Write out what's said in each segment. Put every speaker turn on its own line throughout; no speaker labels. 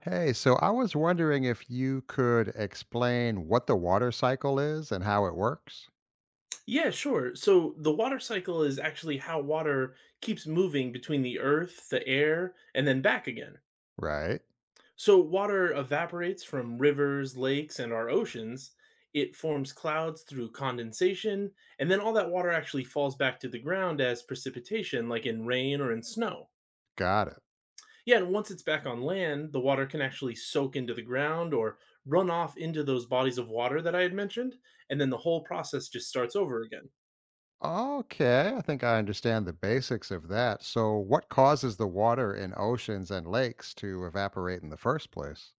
Hey, so I was wondering if you could explain what the water cycle is and how it works.
Yeah, sure. So the water cycle is actually how water keeps moving between the earth, the air, and then back again.
Right.
So water evaporates from rivers, lakes, and our oceans. It forms clouds through condensation, and then all that water actually falls back to the ground as precipitation, like in rain or in snow.
Got it.
Yeah, and once it's back on land, the water can actually soak into the ground or run off into those bodies of water that I had mentioned, and then the whole process just starts over again.
Okay. I think I understand the basics of that. So, what causes the water in oceans and lakes to evaporate in the first place?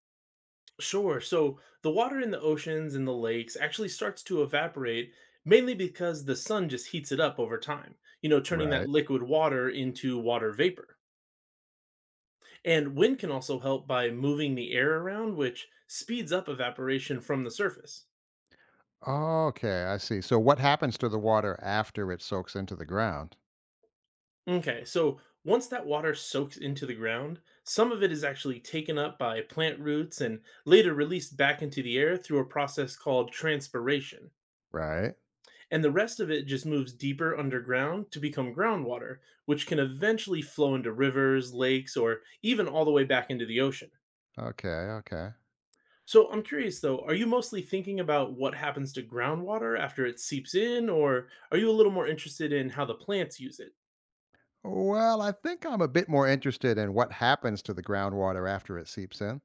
Sure. So the water in the oceans and the lakes actually starts to evaporate mainly because the sun just heats it up over time, you know, turning that
Right.
liquid water into water vapor. And wind can also help by moving the air around, which speeds up evaporation from the surface.
Okay. I see. So, what happens to the water after it soaks into the ground?
Okay, so once that water soaks into the ground, some of it is actually taken up by plant roots and later released back into the air through a process called transpiration.
Right.
And the rest of it just moves deeper underground to become groundwater, which can eventually flow into rivers, lakes, or even all the way back into the ocean.
Okay. Okay.
So I'm curious though, are you mostly thinking about what happens to groundwater after it seeps in, or are you a little more interested in how the plants use it?
Well, I think I'm a bit more interested in what happens to the groundwater after it seeps in.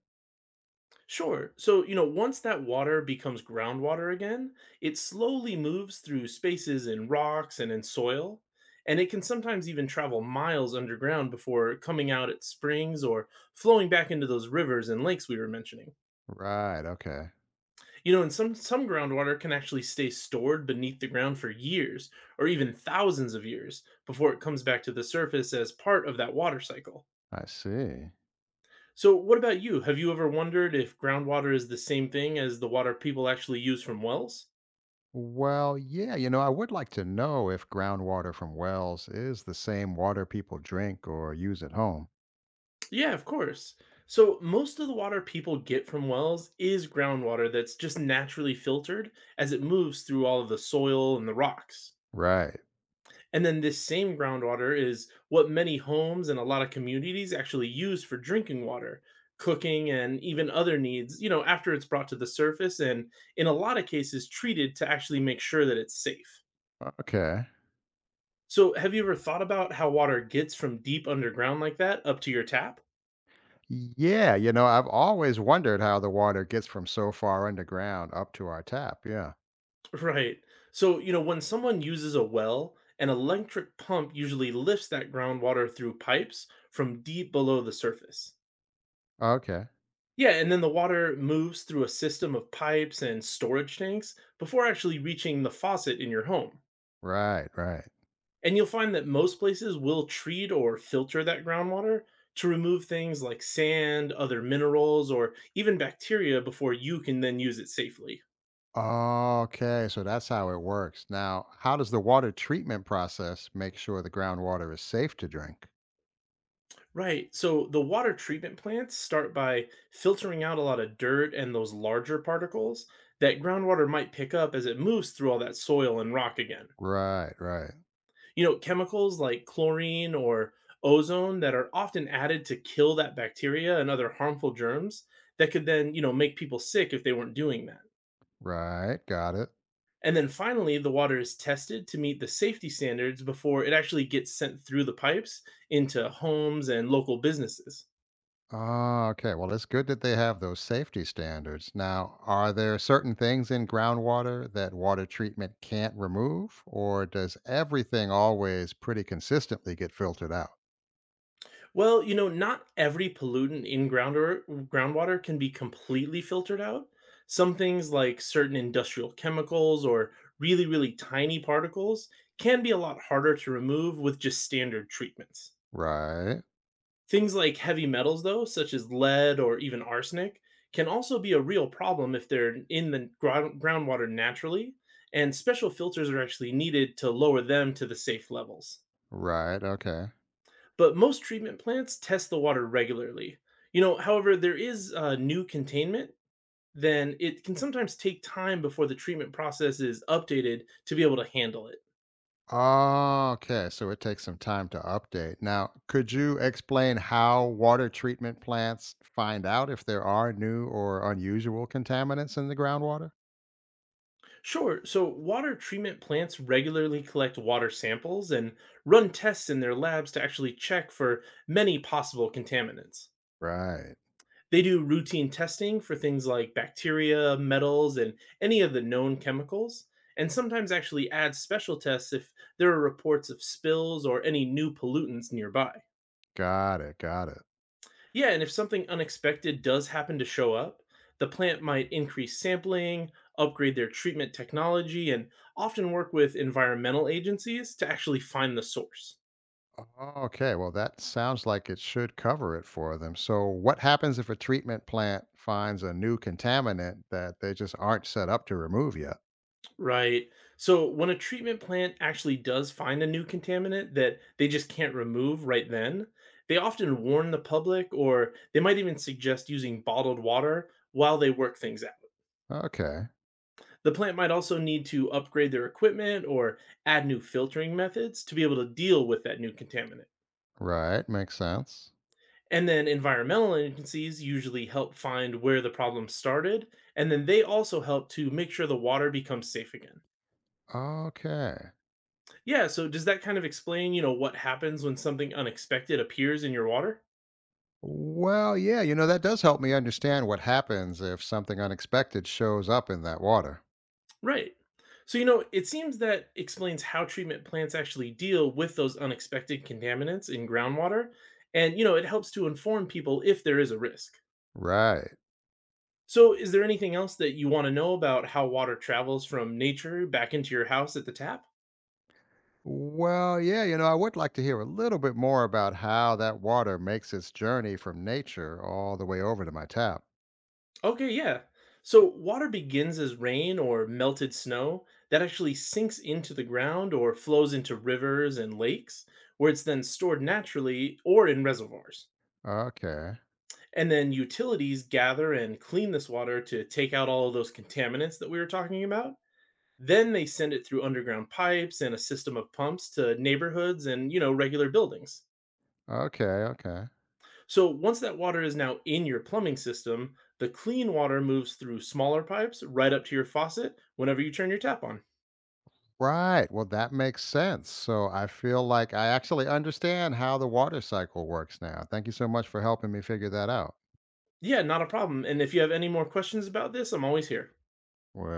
Sure. So, you know, once that water becomes groundwater again, it slowly moves through spaces in rocks and in soil, and it can sometimes even travel miles underground before coming out at springs or flowing back into those rivers and lakes we were mentioning.
Right. Okay.
You know, and some groundwater can actually stay stored beneath the ground for years or even thousands of years before it comes back to the surface as part of that water cycle.
I see.
So, what about you? Have you ever wondered if groundwater is the same thing as the water people actually use from wells?
Well, yeah, I would like to know if groundwater from wells is the same water people drink or use at home.
Yeah, of course. So, most of the water people get from wells is groundwater that's just naturally filtered as it moves through all of the soil and the rocks.
Right.
And then this same groundwater is what many homes and a lot of communities actually use for drinking water, cooking, and even other needs, you know, after it's brought to the surface and in a lot of cases treated to actually make sure that it's safe.
Okay.
So, have you ever thought about how water gets from deep underground like that up to your tap?
Yeah, I've always wondered how the water gets from so far underground up to our tap. Yeah.
Right. So, you know, when someone uses a well, an electric pump usually lifts that groundwater through pipes from deep below the surface.
Okay.
Yeah, and then the water moves through a system of pipes and storage tanks before actually reaching the faucet in your home.
Right, right.
And you'll find that most places will treat or filter that groundwater to remove things like sand, other minerals, or even bacteria before you can then use it safely.
Okay, so that's how it works. Now, how does the water treatment process make sure the groundwater is safe to drink?
Right. So the water treatment plants start by filtering out a lot of dirt and those larger particles that groundwater might pick up as it moves through all that soil and rock again.
Right, right,
You know, chemicals like chlorine or ozone that are often added to kill that bacteria and other harmful germs that could then, you know, make people sick if they weren't doing that.
right. Got it.
And then finally, the water is tested to meet the safety standards before it actually gets sent through the pipes into homes and local businesses.
Ah, okay. Well, it's good that they have those safety standards. Now, are there certain things in groundwater that water treatment can't remove, or does everything always pretty consistently get filtered out?
Well, you know, not every pollutant in grounder groundwater can be completely filtered out. Some things like certain industrial chemicals or really, really tiny particles can be a lot harder to remove with just standard treatments.
Right,
Things like heavy metals, though, such as lead or even arsenic, can also be a real problem if they're in the groundwater naturally, and special filters are actually needed to lower them to the safe levels.
right. Okay.
But most treatment plants test the water regularly. You know, however, there is new containment, then it can sometimes take time before the treatment process is updated to be able to handle it.
Ah, okay. So it takes some time to update. Now, could you explain how water treatment plants find out if there are new or unusual contaminants in the groundwater?
Sure, so water treatment plants regularly collect water samples and run tests in their labs to actually check for many possible contaminants.
Right.
They do routine testing for things like bacteria, metals, and any of the known chemicals, and sometimes actually add special tests if there are reports of spills or any new pollutants nearby.
Got it. Got it.
Yeah, and if something unexpected does happen to show up, the plant might increase sampling, upgrade their treatment technology, and often work with environmental agencies to actually find the source.
Okay, well, that sounds like it should cover it for them. So, what happens if a treatment plant finds a new contaminant that they just aren't set up to remove yet?
Right. So when a treatment plant actually does find a new contaminant that they just can't remove right then, they often warn the public or they might even suggest using bottled water while they work things out.
Okay,
The plant might also need to upgrade their equipment or add new filtering methods to be able to deal with that new contaminant.
right, makes sense.
And then environmental agencies usually help find where the problem started, and then they also help to make sure the water becomes safe again.
Okay.
Yeah, so does that kind of explain, you know, what happens when something unexpected appears in your water?
Well, yeah, that does help me understand what happens if something unexpected shows up in that water.
Right. So, you know, it seems that explains how treatment plants actually deal with those unexpected contaminants in groundwater. And, you know, it helps to inform people if there is a risk.
Right.
So, is there anything else that you want to know about how water travels from nature back into your house at the tap?
Well, yeah, I would like to hear a little bit more about how that water makes its journey from nature all the way over to my tap.
Okay, yeah. So water begins as rain or melted snow that actually sinks into the ground or flows into rivers and lakes, where it's then stored naturally or in reservoirs.
Okay.
And then utilities gather and clean this water to take out all of those contaminants that we were talking about. Then they send it through underground pipes and a system of pumps to neighborhoods and, you know, regular buildings.
Okay, okay.
So once that water is now in your plumbing system, the clean water moves through smaller pipes right up to your faucet whenever you turn your tap on.
Right. Well, that makes sense. So I feel like I actually understand how the water cycle works now. Thank you so much for helping me figure that out.
Yeah, not a problem. And if you have any more questions about this, I'm always here.
Well,